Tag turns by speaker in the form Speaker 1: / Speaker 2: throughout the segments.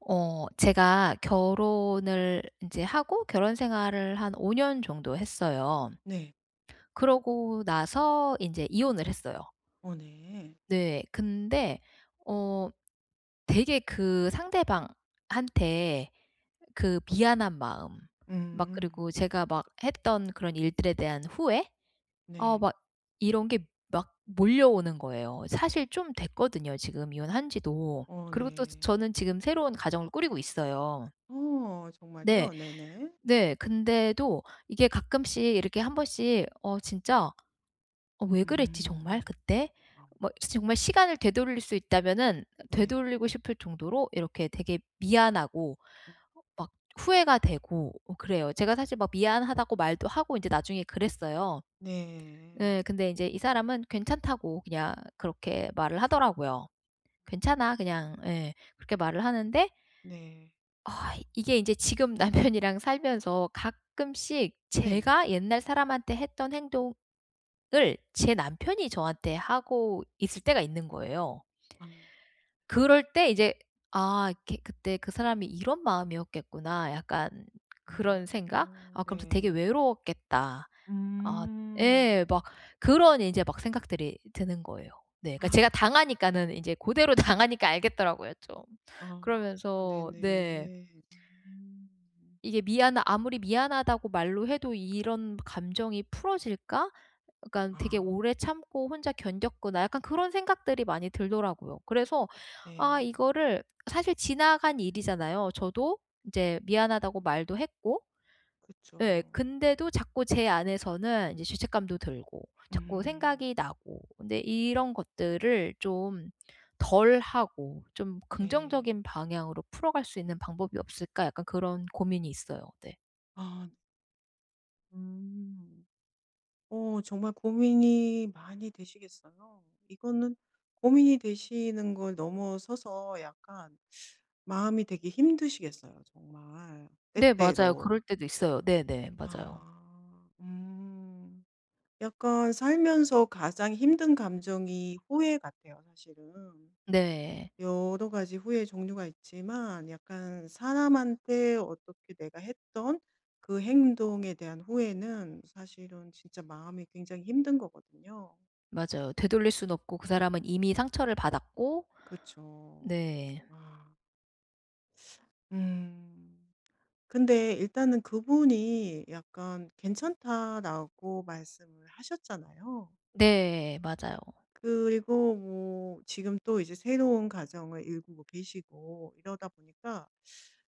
Speaker 1: 제가 결혼을 이제 하고 결혼 생활을 한 5년 정도 했어요.
Speaker 2: 네.
Speaker 1: 그러고 나서 이제 이혼을 했어요.
Speaker 2: 어 네.
Speaker 1: 네. 근데 어 되게 그 상대방한테 그 미안한 마음 막
Speaker 2: 음.
Speaker 1: 그리고 제가 막 했던 그런 일들에 대한 후회?
Speaker 2: 네.
Speaker 1: 막 이런 게 막 몰려오는 거예요. 사실 좀 됐거든요 지금 이혼한 지도.
Speaker 2: 어
Speaker 1: 그리고 또
Speaker 2: 네.
Speaker 1: 저는 지금 새로운 가정을 꾸리고 있어요.
Speaker 2: 어
Speaker 1: 네.
Speaker 2: 정말요? 네네.
Speaker 1: 네. 근데도 이게 가끔씩 이렇게 한 번씩 진짜 '어 왜 그랬지 정말
Speaker 2: 음.
Speaker 1: 그때?'
Speaker 2: 아.
Speaker 1: 뭐 정말 시간을 되돌릴 수 있다면은
Speaker 2: 네.
Speaker 1: 되돌리고 싶을 정도로 이렇게 되게 미안하고 막 후회가 되고 그래요. 제가 사실 막 미안하다고 말도 하고 인제 나중에 그랬어요.
Speaker 2: 네.
Speaker 1: 예. 근데 인제 이 사람은 괜찮다고 그냥 그렇게 말을 하더라고요. "괜찮아." 그냥 예. 그렇게 말을 하는데
Speaker 2: 네.
Speaker 1: 아 이게 이제 지금 남편이랑 살면서 가끔씩
Speaker 2: 네.
Speaker 1: 제가 옛날 사람한테 했던 행동을 제 남편이 저한테 하고 있을 때가 있는 거예요.
Speaker 2: 아.
Speaker 1: 그럴 때 이제 '아 이렇게 그때 그 사람이 이런 마음이었겠구나.' 약간 그런 생각?
Speaker 2: 음.
Speaker 1: '아 그러면서 되게
Speaker 2: 네.
Speaker 1: 외로웠겠다.' 아 예.
Speaker 2: 음.
Speaker 1: 막 그런 이제 막 생각들이 드는 거예요. 네. 그러니까 제가
Speaker 2: 아
Speaker 1: 당하니까는 이제 그대로 당하니까 알겠더라고요 좀.
Speaker 2: 어,
Speaker 1: 그러면서 네.
Speaker 2: 네네. 음.
Speaker 1: 이게 미안 아무리 미안하다고 말로 해도 '이런 감정이 풀어질까?' 약간 되게
Speaker 2: 아
Speaker 1: 오래 참고 혼자 견뎠구나. 약간 그런 생각들이 많이 들더라고요. 그래서 아
Speaker 2: 네.
Speaker 1: 이거를 사실 지나간 일이잖아요. 저도 이제 미안하다고 말도 했고 예
Speaker 2: 그쵸.
Speaker 1: 근데도 자꾸 제 안에서는 이제 죄책감도 들고 자꾸
Speaker 2: 음.
Speaker 1: 생각이 나고 근데 이런 것들을 좀 덜하고 좀
Speaker 2: 네.
Speaker 1: 긍정적인 방향으로 풀어갈 수 있는 방법이 없을까 약간 그런 고민이 있어요. 네.
Speaker 2: 아. 음. 어 정말 고민이 많이 되시겠어요. 이거는 고민이 되시는 걸 넘어서서 약간 마음이 되게 힘드시겠어요 정말
Speaker 1: 네 맞아요.
Speaker 2: 때때로.
Speaker 1: 그럴 때도 있어요. 네네. 맞아요.
Speaker 2: 아 약간 살면서 가장 힘든 감정이 후회 같아요 사실은.
Speaker 1: 네.
Speaker 2: 여러 가지 후회 종류가 있지만 약간 사람한테 어떻게 내가 했던 그 행동에 대한 후회는 사실은 진짜 마음이 굉장히 힘든 거거든요.
Speaker 1: 맞아요. 되돌릴 순 없고 그 사람은 이미 상처를 받았고
Speaker 2: 그죠.
Speaker 1: 네.
Speaker 2: 아. 음. 근데 일단은 그분이 약간 괜찮다라고 말씀을 하셨잖아요.
Speaker 1: 네. 맞아요.
Speaker 2: 그리고 뭐 지금 또 이제 새로운 가정을 일구고 계시고 이러다 보니까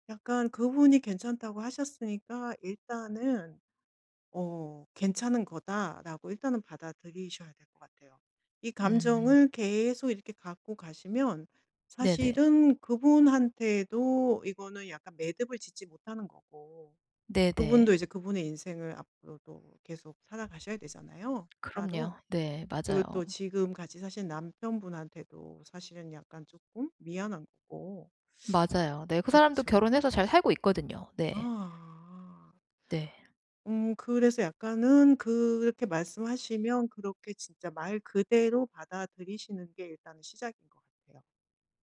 Speaker 2: 약간 그분이 괜찮다고 하셨으니까 일단은 어 '괜찮은 거다.'라고 일단은 받아들이셔야 될 것 같아요. 이
Speaker 1: 음.
Speaker 2: 감정을 계속 이렇게 갖고 가시면
Speaker 1: 네네.
Speaker 2: 사실은 그분한테도 이거는 약간 매듭을 짓지 못하는 거고
Speaker 1: 네네.
Speaker 2: 그분도 이제 그분의 인생을 앞으로도 계속 살아가셔야 되잖아요 따로.
Speaker 1: 그럼요. 네.
Speaker 2: 그리고
Speaker 1: 맞아요.
Speaker 2: 또 지금 같이 사신 남편분한테도 사실은 약간 조금 미안한 거고.
Speaker 1: 맞아요. 네. 그 사람도
Speaker 2: 그쵸.
Speaker 1: 결혼해서 잘 살고 있거든요. 네.
Speaker 2: 아.
Speaker 1: 네.
Speaker 2: 그래서 약간은 그렇게 말씀하시면 그렇게 진짜 말 그대로 받아들이시는 게 일단은 시작인 것 같아요.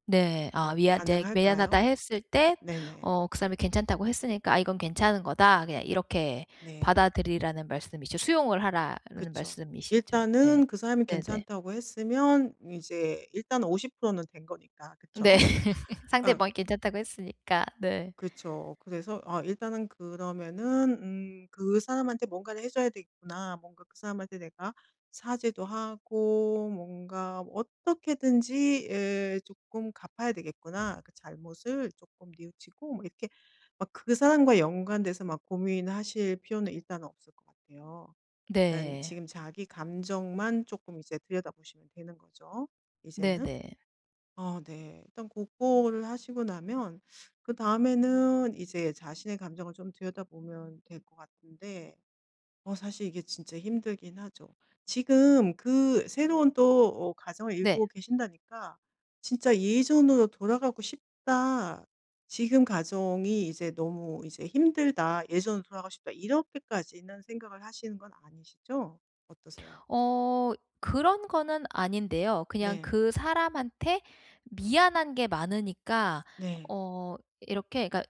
Speaker 1: 네. 아
Speaker 2: 어
Speaker 1: 미안 이제
Speaker 2: 가능할까요?
Speaker 1: 미안하다 했을 때
Speaker 2: 네네.
Speaker 1: 그 사람이 괜찮다고 했으니까 '아 이건 괜찮은 거다.' 그냥 이렇게
Speaker 2: 네.
Speaker 1: 받아들이라는 말씀이죠. 수용을 하라는
Speaker 2: 그쵸.
Speaker 1: 말씀이시죠. 네.
Speaker 2: 일단은 그 사람이
Speaker 1: 네네.
Speaker 2: 괜찮다고 했으면 이제 일단 50%는 된 거니까.
Speaker 1: 네.
Speaker 2: 그쵸? 어.
Speaker 1: 상대방이 괜찮다고 했으니까. 네.
Speaker 2: 그렇죠. 그래서 아 일단은 그러면은 '그 사람한테 뭔가를 해 줘야 되겠구나. 뭔가 그 사람한테 내가 사죄도 하고 뭔가 어떻게든지 에, 조금 갚아야 되겠구나. 그 잘못을 조금 뉘우치고.' 뭐 이렇게 막 그 사람과 연관돼서 막 고민하실 필요는 일단은 없을 것 같아요. 일단
Speaker 1: 네.
Speaker 2: 지금 자기 감정만 조금 이제 들여다보시면 되는 거죠 이제는.
Speaker 1: 네네.
Speaker 2: 아 네. 일단 고거를 하시고 나면 그다음에는 이제 자신의 감정을 좀 들여다보면 될 것 같은데 어 사실 이게 진짜 힘들긴 하죠. 지금 그 새로운 또 어 가정을 일구
Speaker 1: 네.
Speaker 2: 고 계신다니까 진짜 '예전으로 돌아가고 싶다. 지금 가정이 이제 너무 이제 힘들다. 예전으로 돌아가고 싶다.' 이렇게까지는 생각을 하시는 건 아니시죠? 어떠세요?
Speaker 1: 어 그런 거는 아닌데요. 그냥
Speaker 2: 네.
Speaker 1: 그 사람한테 미안한 게 많으니까
Speaker 2: 네.
Speaker 1: 이렇게 그러니까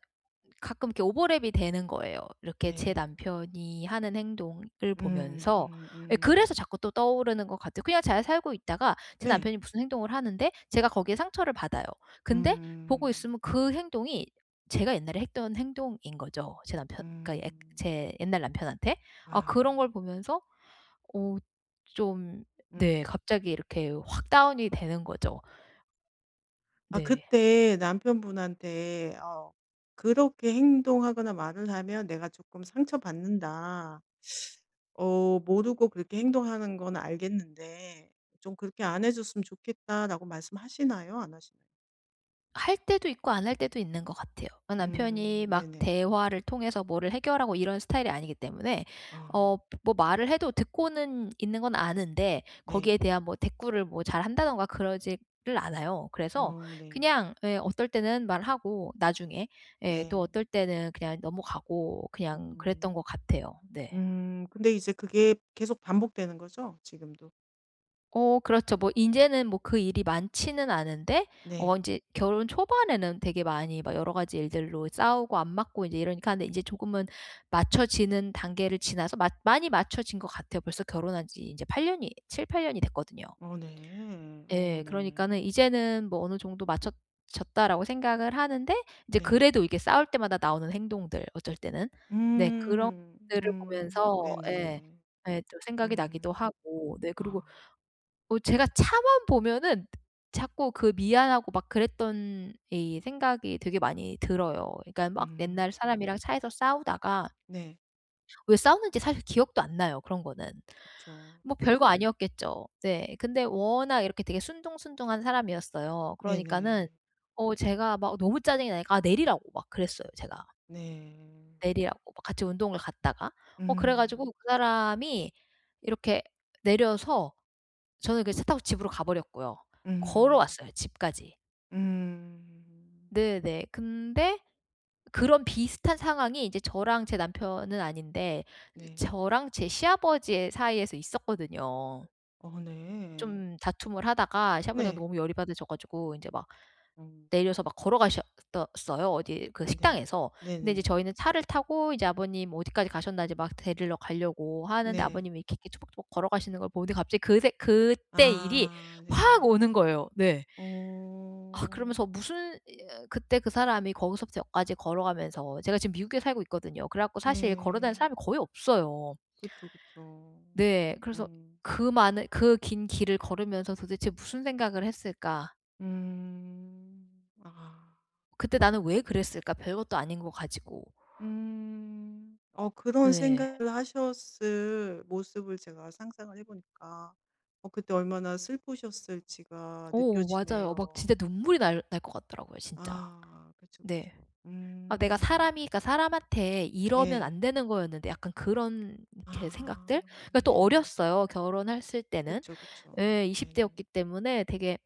Speaker 1: 가끔 이렇게 오버랩이 되는 거예요. 이렇게 제
Speaker 2: 네.
Speaker 1: 남편이 하는 행동을
Speaker 2: 음.
Speaker 1: 보면서 예 그래서 자꾸 또 떠오르는 것 같아요. 그냥 잘 살고 있다가 제
Speaker 2: 네.
Speaker 1: 남편이 무슨 행동을 하는데 제가 거기에 상처를 받아요. 근데 보고
Speaker 2: 음.
Speaker 1: 있으면 그 행동이 제가 옛날에 했던 행동인 거죠. 제 남편 그러니까 예
Speaker 2: 음.
Speaker 1: 제 옛날 남편한테. 아
Speaker 2: 아.
Speaker 1: 그런 걸 보면서 어 좀
Speaker 2: 음.
Speaker 1: 네 갑자기 이렇게 확 다운이 되는 거죠.
Speaker 2: 아
Speaker 1: 네.
Speaker 2: 그때 남편분한테 어 "그렇게 행동하거나 말을 하면 내가 조금 상처받는다." 어 모르고 그렇게 행동하는 건 알겠는데 "좀 그렇게 안 해 줬으면 좋겠다."라고 말씀하시나요? 안 하시나요?
Speaker 1: 할 때도 있고 안 할 때도 있는 것 같아요. 남편이 막
Speaker 2: 네네.
Speaker 1: 대화를 통해서 뭐를 해결하고 이런 스타일이 아니기 때문에
Speaker 2: 아
Speaker 1: 어 뭐 말을 해도 듣고는 있는 건 아는데
Speaker 2: 네.
Speaker 1: 거기에 대한 뭐 대꾸를 뭐 잘한다든가 그러지를 않아요. 그래서
Speaker 2: 어 네.
Speaker 1: 그냥 예 어떨 때는 말하고 나중에 예 또
Speaker 2: 네.
Speaker 1: 어떨 때는 그냥 넘어가고 그냥 그랬던
Speaker 2: 음.
Speaker 1: 것 같아요. 네.
Speaker 2: 근데 이제 그게 계속 반복되는 거죠? 지금도?
Speaker 1: 그렇죠. 뭐 인제는 뭐 그 일이 많지는 않은데
Speaker 2: 네.
Speaker 1: 인제 결혼 초반에는 되게 많이 막 여러 가지 일들로 싸우고 안 맞고 인제 이러니까 근데 인제 조금은 맞춰지는 단계를 지나서 맞 많이 맞춰진 것 같아요. 벌써 결혼한 지 인제 8년 년이 7-8년 년이 됐거든요.
Speaker 2: 어 네. 어
Speaker 1: 예.
Speaker 2: 네.
Speaker 1: 그러니까는 이제는 뭐 어느 정도 맞춰 졌다라고 생각을 하는데 이제
Speaker 2: 네.
Speaker 1: 그래도 이게 싸울 때마다 나오는 행동들 어쩔 때는 네 그런
Speaker 2: 음.
Speaker 1: 것들을
Speaker 2: 음.
Speaker 1: 보면서 예.
Speaker 2: 네네.
Speaker 1: 예 또 생각이 나기도
Speaker 2: 음.
Speaker 1: 하고 네 그리고
Speaker 2: 아.
Speaker 1: 제가 차만 보면은 자꾸 그 미안하고 막 그랬던 이 생각이 되게 많이 들어요. 그러니까 막
Speaker 2: 음.
Speaker 1: 옛날 사람이랑 차에서 싸우다가
Speaker 2: 네.
Speaker 1: 왜 싸웠는지 사실 기억도 안 나요, 그런 거는.
Speaker 2: 그쵸.
Speaker 1: 뭐 별거 아니었겠죠. 네. 근데 워낙 이렇게 되게 순둥순둥한 사람이었어요. 그러니까는
Speaker 2: 네네.
Speaker 1: 제가 막 너무 짜증이 나니까 아 내리라고 막 그랬어요, 제가.
Speaker 2: 네.
Speaker 1: 내리라고 막 같이 운동을 갔다가. 그래
Speaker 2: 음.
Speaker 1: 가지고 그 사람이 이렇게 내려서 저는 그 차 타고 집으로 가버렸고요.
Speaker 2: 음.
Speaker 1: 걸어왔어요 집까지.
Speaker 2: 음.
Speaker 1: 네네. 근데 그런 비슷한 상황이 이제 저랑 제 남편은 아닌데
Speaker 2: 네.
Speaker 1: 저랑 제 시아버지 사이에서 있었거든요.
Speaker 2: 어 네.
Speaker 1: 좀 다툼을 하다가 시아버지가
Speaker 2: 네.
Speaker 1: 너무 열이 받으셔 가지고 인제 막
Speaker 2: 음.
Speaker 1: 내려서 막 걸어가셨었어요 어디 그
Speaker 2: 네.
Speaker 1: 식당에서. 근데 이제
Speaker 2: 네네.
Speaker 1: 저희는 차를 타고 이제 아버님 어디까지 가셨나 이제 막 데리러 가려고 하는데
Speaker 2: 네.
Speaker 1: 아버님이 이렇게 이렇게 초박초박 걸어가시는 걸 보는데 갑자기 그새 그때 일이
Speaker 2: 아
Speaker 1: 확
Speaker 2: 네.
Speaker 1: 오는 거예요. 네. 아
Speaker 2: 어.
Speaker 1: 그러면서 무슨 예 그때 그 사람이 거기서부터 여기까지 걸어가면서 제가 지금 미국에 살고 있거든요. 그래 갖고 사실 걸어 다니는
Speaker 2: 네.
Speaker 1: 사람이 거의 없어요.
Speaker 2: 그쵸, 그쵸.
Speaker 1: 네. 그래서
Speaker 2: 음.
Speaker 1: 그 많은 그 긴 길을 걸으면서 도대체 무슨 생각을 했을까?
Speaker 2: 음. 아.
Speaker 1: 그때 나는 왜 그랬을까? 별것도 아닌 거 가지고.
Speaker 2: 음. 어 그런
Speaker 1: 네.
Speaker 2: 생각을 하셨을 모습을 제가 상상을 해 보니까 어 그때 얼마나 슬프셨을지가
Speaker 1: 맞아요. 막
Speaker 2: 느껴지네요.
Speaker 1: 진짜 눈물이 날 것 같더라고요 진짜.
Speaker 2: 아 그쵸,
Speaker 1: 네.
Speaker 2: 그쵸.
Speaker 1: 아 내가
Speaker 2: 음.
Speaker 1: 사람이 그러니까 사람한테 이러면
Speaker 2: 네.
Speaker 1: 안 되는 거였는데 약간 그런 이렇게
Speaker 2: 아
Speaker 1: 생각들? 그러니까 또
Speaker 2: 네네.
Speaker 1: 어렸어요, 결혼했을 때는.
Speaker 2: 그쵸, 그쵸.
Speaker 1: 예 20대 대였기
Speaker 2: 네네.
Speaker 1: 때문에 되게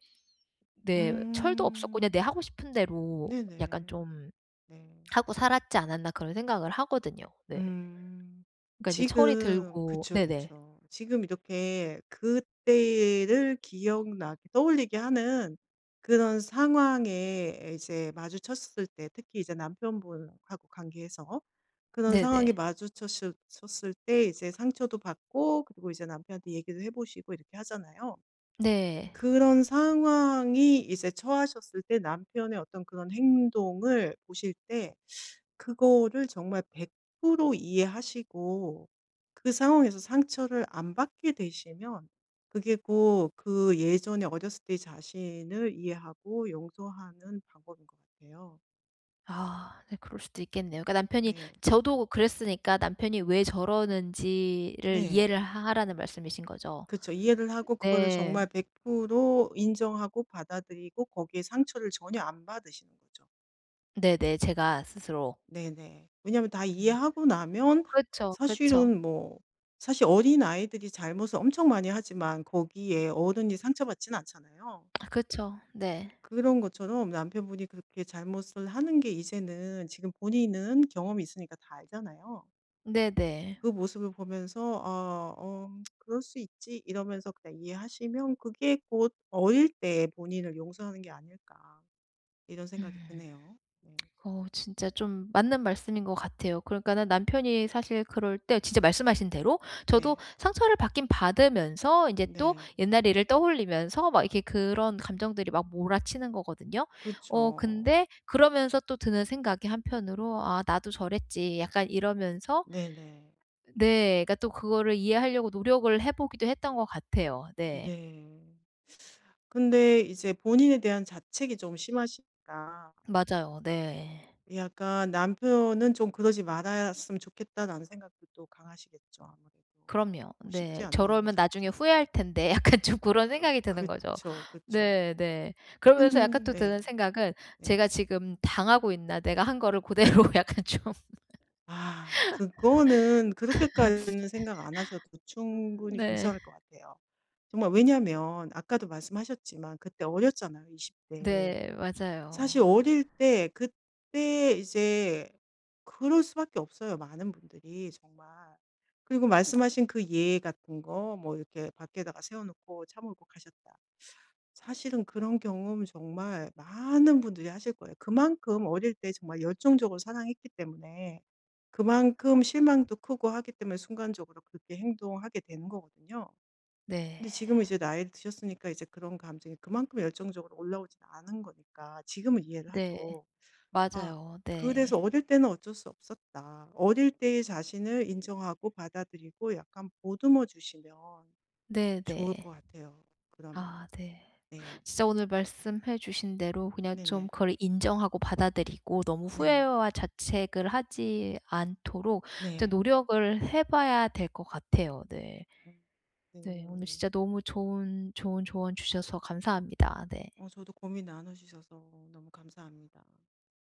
Speaker 1: 네 철도 없었고 그냥 내
Speaker 2: 음.
Speaker 1: 하고 싶은 대로 약간
Speaker 2: 네네.
Speaker 1: 좀
Speaker 2: 네.
Speaker 1: 하고 살았지 않았나 그런 생각을 하거든요. 네.
Speaker 2: 음.
Speaker 1: 그러니까 이제 철이
Speaker 2: 지금
Speaker 1: 들고
Speaker 2: 그쵸,
Speaker 1: 네네.
Speaker 2: 그쵸. 지금 이렇게 그때를 기억나게 떠올리게 하는 그런 상황에 이제 마주쳤을 때 특히 이제 남편분하고 관계해서 그런 상황에
Speaker 1: 네네.
Speaker 2: 마주쳤을 쳤을 때 이제 상처도 받고 그리고 이제 남편한테 얘기도 해 보시고 이렇게 하잖아요.
Speaker 1: 네.
Speaker 2: 그런 상황이 이제 처하셨을 때 남편의 어떤 그런 행동을 보실 때 그거를 정말 100% 이해하시고 그 상황에서 상처를 안 받게 되시면 그게 꼭 그 예전에 어렸을 때 자신을 이해하고 용서하는 방법인 것 같아요.
Speaker 1: 아 네 그럴 수도 있겠네요. 그러니까 남편이
Speaker 2: 네.
Speaker 1: 저도 그랬으니까 남편이 왜 저러는지를
Speaker 2: 네.
Speaker 1: 이해를 하 하라는 말씀이신 거죠?
Speaker 2: 그쵸. 이해를 하고 그거를
Speaker 1: 네.
Speaker 2: 정말 100% 인정하고 받아들이고 거기에 상처를 전혀 안 받으시는 거죠.
Speaker 1: 네네. 제가 스스로.
Speaker 2: 네네. 왜냐하면 다
Speaker 1: 음.
Speaker 2: 이해하고 나면
Speaker 1: 그쵸, 그쵸.
Speaker 2: 사실은 뭐 사실 어린아이들이 잘못을 엄청 많이 하지만 거기에 어른이 상처받진 않잖아요.
Speaker 1: 아 그쵸. 네.
Speaker 2: 그런 것처럼 남편분이 그렇게 잘못을 하는 게 이제는 지금 본인은 경험이 있으니까 다 알잖아요.
Speaker 1: 네네.
Speaker 2: 그 모습을 보면서 '아 어 그럴 수 있지.' 이러면서 그냥 이해하시면 그게 곧 어릴 때 본인을 용서하는 게 아닐까 이런 생각이
Speaker 1: 음.
Speaker 2: 드네요. 네.
Speaker 1: 진짜 좀 맞는 말씀인 것 같아요. 그러니까는 남편이 사실 그럴 때 진짜 말씀하신 대로 저도
Speaker 2: 네.
Speaker 1: 상처를 받긴 받으면서 인제 또
Speaker 2: 네.
Speaker 1: 옛날 일을 떠올리면서 막 이렇게 그런 감정들이 막 몰아치는 거거든요.
Speaker 2: 그죠
Speaker 1: 근데 그러면서 또 드는 생각이 한편으로 '아 나도 저랬지.' 약간 이러면서
Speaker 2: 네네.
Speaker 1: 네 그러니까 또 그거를 이해하려고 노력을 해 보기도 했던 것 같아요. 네.
Speaker 2: 네. 근데 이제 본인에 대한 자책이 좀 심하시니까
Speaker 1: 맞아요. 네.
Speaker 2: 약간 '남편은 좀 그러지 말았으면 좋겠다.'라는 생각도 또 강하시겠죠, 아무래도.
Speaker 1: 그럼요.
Speaker 2: 뭐
Speaker 1: 네.
Speaker 2: 쉽지 않네요,
Speaker 1: 저러면 나중에
Speaker 2: 진짜.
Speaker 1: 후회할 텐데 약간 좀 그런
Speaker 2: 어
Speaker 1: 생각이 드는 거죠.
Speaker 2: 그쵸, 그쵸.
Speaker 1: 네 네. 그러면서 약간
Speaker 2: 근
Speaker 1: 또
Speaker 2: 데
Speaker 1: 드는 생각은
Speaker 2: 네.
Speaker 1: '제가 지금 당하고 있나? 내가 한 거를 고대로.' 약간 좀
Speaker 2: 아 그거는 그렇게까지는 생각 안 하셔도 충분히
Speaker 1: 네.
Speaker 2: 괜찮을 것 같아요. 정말 왜냐면 아까도 말씀하셨지만 그때 어렸잖아요, 20 대.
Speaker 1: 네.
Speaker 2: 사실
Speaker 1: 맞아요.
Speaker 2: 어릴 때 그때 이제 그럴 수밖에 없어요, 많은 분들이 정말. 그리고 말씀하신 그 예 같은 거 뭐 이렇게 밖에다가 세워 놓고 차 몰고 가셨다. 사실은 그런 경험 정말 많은 분들이 하실 거예요. 그만큼 어릴 때 정말 열정적으로 사랑했기 때문에 그만큼 실망도 크고 하기 때문에 순간적으로 그렇게 행동하게 되는 거거든요.
Speaker 1: 네.
Speaker 2: 근데 지금은 이제 나이를 드셨으니까 이제 그런 감정이 그만큼 열정적으로 올라오진 않은 거니까 지금은 이해를
Speaker 1: 네.
Speaker 2: 하죠. 아
Speaker 1: 맞아요.
Speaker 2: 그래서
Speaker 1: 네.
Speaker 2: '어릴 때는 어쩔 수 없었다. 어릴 때의 자신을 인정하고 받아들이고 약간 보듬어 주시면 좋을 것
Speaker 1: 네네.
Speaker 2: 같아요.' 그러면.
Speaker 1: 아 네.
Speaker 2: 네.
Speaker 1: 진짜 오늘 말씀해 주신 대로 그냥 좀
Speaker 2: 네네.
Speaker 1: 그걸 인정하고 받아들이고 너무
Speaker 2: 네.
Speaker 1: 후회와 자책을 하지 않도록 진짜
Speaker 2: 네.
Speaker 1: 노력을 해 봐야 될 것 같아요. 네.
Speaker 2: 음.
Speaker 1: 네. 오늘
Speaker 2: 네.
Speaker 1: 진짜 너무 좋은 좋은 조언 주셔서 감사합니다. 네.
Speaker 2: 어 저도 고민 나눠 주셔서 너무 감사합니다.